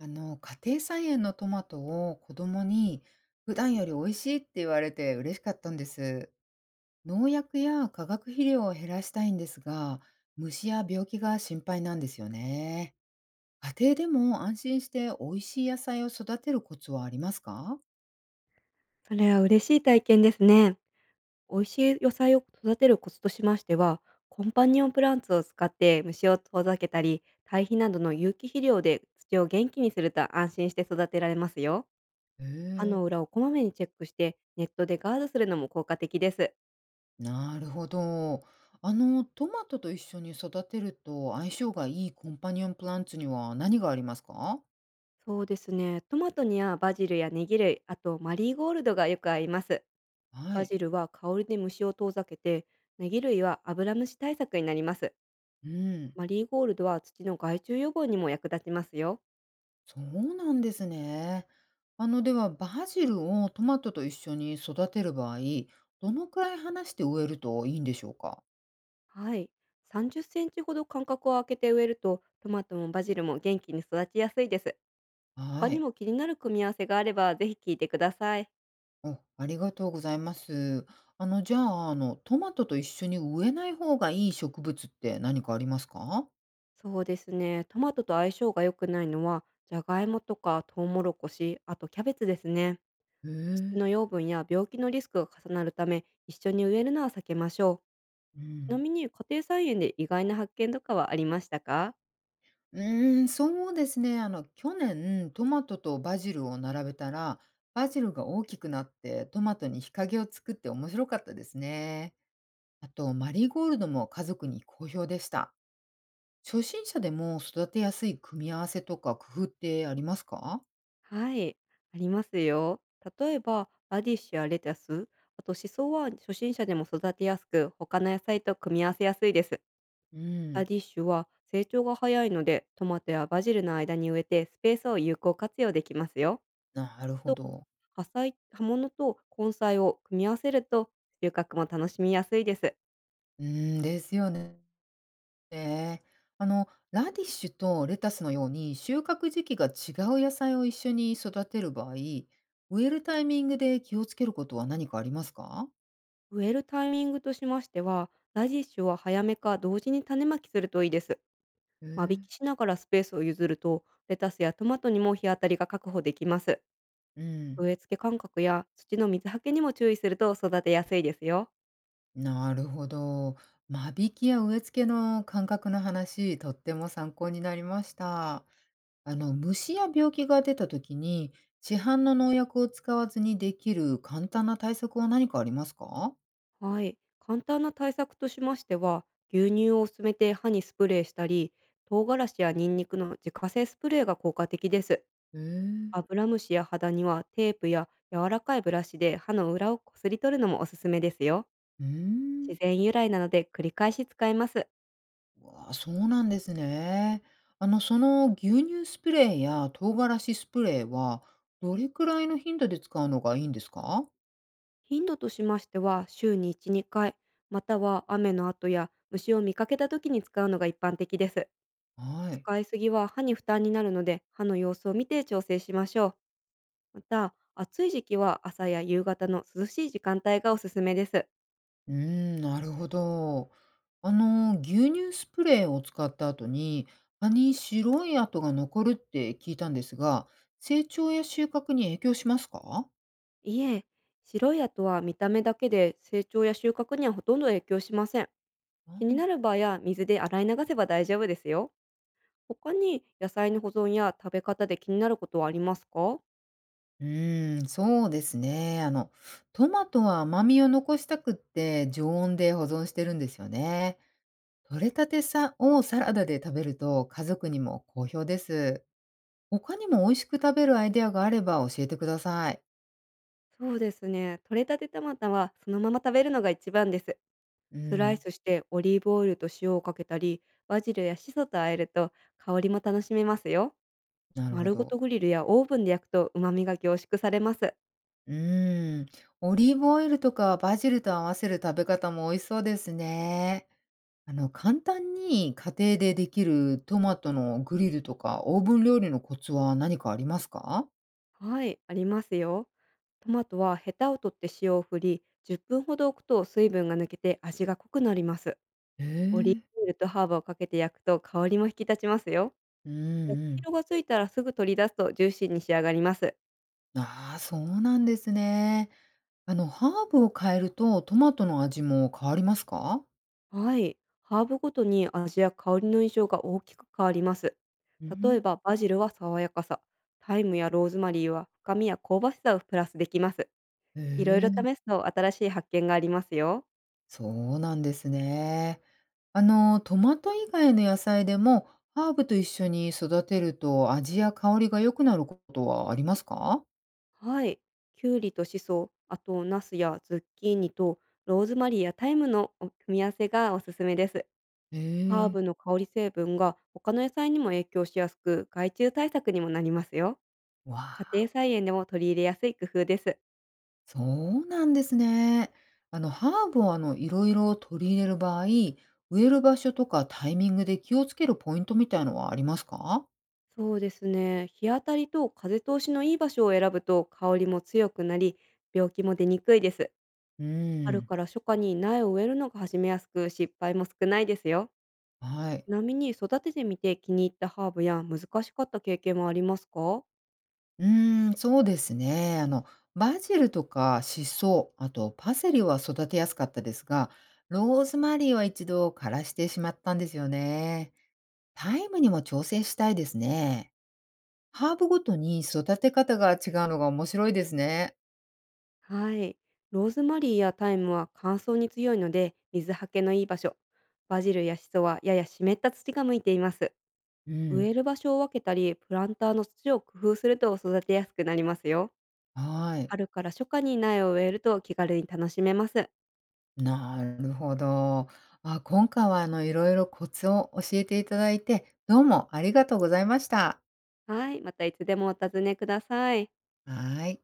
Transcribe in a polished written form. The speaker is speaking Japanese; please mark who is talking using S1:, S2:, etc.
S1: 家庭菜園のトマトを子供に普段より美味しいって言われて嬉しかったんです。農薬や化学肥料を減らしたいんですが、虫や病気が心配なんですよね。家庭でも安心して美味しい野菜を育てるコツはありますか？
S2: それは嬉しい体験ですね。美味しい野菜を育てるコツとしましては、コンパニオンプランツを使って虫を遠ざけたり、堆肥などの有機肥料で土を元気にすると安心して育てられますよ。
S1: へ
S2: 歯
S1: え、
S2: の裏をこまめにチェックして、ネットでガードするのも効果的です。
S1: なるほど。トマトと一緒に育てると相性がいいコンパニオンプランツには何がありますか？
S2: そうですね。トマトにはバジルやネギ類、あとマリーゴールドがよく合います。
S1: は
S2: バ
S1: い。
S2: ジルは香りで虫を遠ざけて、ネギ類はアブラムシ対策になります。
S1: うん。
S2: マリーゴールドは土の害虫予防にも役立ちますよ。
S1: そうなんですね。では、バジルをトマトと一緒に育てる場合、どのくらい離して植えるといいんでしょうか？
S2: はい。30センチほど間隔を空けて植えると、トマトもバジルも元気に育ちやすいです。他
S1: は
S2: に
S1: い。
S2: も気になる組み合わせがあれば、ぜひ聞いてください。
S1: お、ありがとうございます。じゃあ、トマトと一緒に植えない方がいい植物って何かありますか？
S2: そうですね。トマトと相性が良くないのは、じゃがいもとかトウモロコシ、あとキャベツですね。
S1: へ
S2: 土
S1: え。
S2: の養分や病気のリスクが重なるため、一緒に植えるのは避けましょ
S1: う
S2: う。ちな
S1: ん。
S2: みに家庭菜園で意外な発見とかはありましたか。
S1: うーん、そうですね。去年トマトとバジルを並べたら、バジルが大きくなってトマトに日陰を作って面白かったですね。あと、マリーゴールドも家族に好評でした。初心者でも育てやすい組み合わせとか工夫ってありますか？
S2: はい、ありますよ。例えば、ラディッシュやレタス、あとシソは初心者でも育てやすく、他の野菜と組み合わせやすいです。
S1: う
S2: ラ
S1: ん、
S2: ディッシュは成長が早いので、トマトやバジルの間に植えてスペースを有効活用できますよ。
S1: なるほ
S2: と、
S1: ど。
S2: 葉菜、葉物と根菜を組み合わせると、収穫も楽しみやすいです。
S1: うん、ですよね。ラディッシュとレタスのように収穫時期が違う野菜を一緒に育てる場合、植えるタイミングで気をつけることは何かありますか？
S2: 植えるタイミングとしましては、ラディッシュは早めか同時に種まきするといいです。
S1: え
S2: 間引
S1: ー、
S2: きしながらスペースを譲ると、レタスやトマトにも日当たりが確保できます。
S1: うん、
S2: 植え付け間隔や土の水はけにも注意すると育てやすいですよ。
S1: なるほど。間引きや植え付けの感覚の話、とっても参考になりました。あの虫や病気が出た時に市販の農薬を使わずにできる簡単な対策は何かありますか？
S2: はい。簡単な対策としましては、牛乳を薄めて歯にスプレーしたり、唐辛子やニンニクの自家製スプレーが効果的です。
S1: へえ。
S2: アブラムシや肌にはテープや柔らかいブラシで歯の裏をこすり取るのもおすすめですよ。
S1: うーん、
S2: 自然由来なので繰り返し使えます。
S1: わあ、そうなんですね。あのその牛乳スプレーや唐辛子スプレーはどれくらいの頻度で使うのがいいんですか？
S2: 頻度としましては、週に1、2回、または雨の後や虫を見かけた時に使うのが一般的です。
S1: はい。
S2: 使いすぎは歯に負担になるので、歯の様子を見て調整しましょう。また、暑い時期は朝や夕方の涼しい時間帯がおすすめです。
S1: うーん、なるほど。牛乳スプレーを使った後に、葉に白い跡が残るって聞いたんですが、成長や収穫に影響しますか？
S2: いえ、白い跡は見た目だけで成長や収穫にはほとんど影響しません。
S1: あ、
S2: 気になる場合は水で洗い流せば大丈夫ですよ。他に野菜の保存や食べ方で気になることはありますか。
S1: うーん、そうですね。トマトは甘みを残したくって常温で保存してるんですよね。取れたてさをサラダで食べると家族にも好評です。他にも美味しく食べるアイデアがあれば教えてください。
S2: そうですね。採れたてトマトはそのまま食べるのが一番です。
S1: う
S2: スライ
S1: ん、
S2: スしてオリーブオイルと塩をかけたり、バジルやシソと和えると香りも楽しめますよ。
S1: なるほ
S2: 丸ごと
S1: ど。
S2: グリルやオーブンで焼くと旨味が凝縮されます。
S1: うーん、オリーブオイルとかバジルと合わせる食べ方も美味しそうですね。簡単に家庭でできるトマトのグリルとかオーブン料理のコツは何かありますか？
S2: はい、ありますよ。トマトはヘタを取って塩を振り、10分ほど置くと水分が抜けて味が濃くなります。
S1: へ
S2: オリー
S1: え。
S2: ブオイルとハーブをかけて焼くと香りも引き立ちますよ。
S1: う
S2: 焼
S1: ん。う
S2: き
S1: ん。
S2: 色がついたらすぐ取り出すとジューシーに仕上がります。
S1: ああ、そうなんですね。ハーブを変えるとトマトの味も変わりますか？
S2: はい。ハーブごとに味や香りの印象が大きく変わります。
S1: う
S2: 例え
S1: ん。
S2: ばバジルは爽やかさ、タイムやローズマリーは深みや香ばしさをプラスできます。
S1: へ
S2: いろいろ
S1: え。
S2: 試すと新しい発見がありますよ。
S1: そうなんですね。トマト以外の野菜でも、ハーブと一緒に育てると味や香りが良くなることはありますか？
S2: はい。きゅうりとしそ、あとナスやズッキーニとローズマリーやタイムの組み合わせがおすすめです。
S1: へ
S2: ハー
S1: え、
S2: ブの香り成分が他の野菜にも影響しやすく、害虫対策にもなりますよ。
S1: わ
S2: 家庭
S1: あ、
S2: 菜園でも取り入れやすい工夫です。
S1: そうなんですね。ハーブをいろいろ取り入れる場合、植える場所とかタイミングで気をつけるポイントみたいのはありますか？
S2: そうですね。日当たりと風通しのいい場所を選ぶと香りも強くなり、病気も出にくいです。
S1: う
S2: 春
S1: ん。
S2: から初夏に苗を植えるのが始めやすく、失敗も少ないですよ。
S1: はい。
S2: ちなみに育ててみて気に入ったハーブや難しかった経験はありますか。
S1: うーん、そうですね。バジルとかシソ、あとパセリは育てやすかったですが、ローズマリーは一度枯らしてしまったんですよね。タイムにも調整したいですね。ハーブごとに育て方が違うのが面白いですね。
S2: はい。ローズマリーやタイムは乾燥に強いので、水はけのいい場所。バジルやシソはやや湿った土が向いています。
S1: うん。
S2: 植える場所を分けたり、プランターの土を工夫すると育てやすくなりますよ。
S1: はい。
S2: 春から初夏に苗を植えると気軽に楽しめます。
S1: なるほど。あ、今回はいろいろコツを教えていただいて、どうもありがとうございました。
S2: はい、またいつでもお尋ねください。
S1: はい。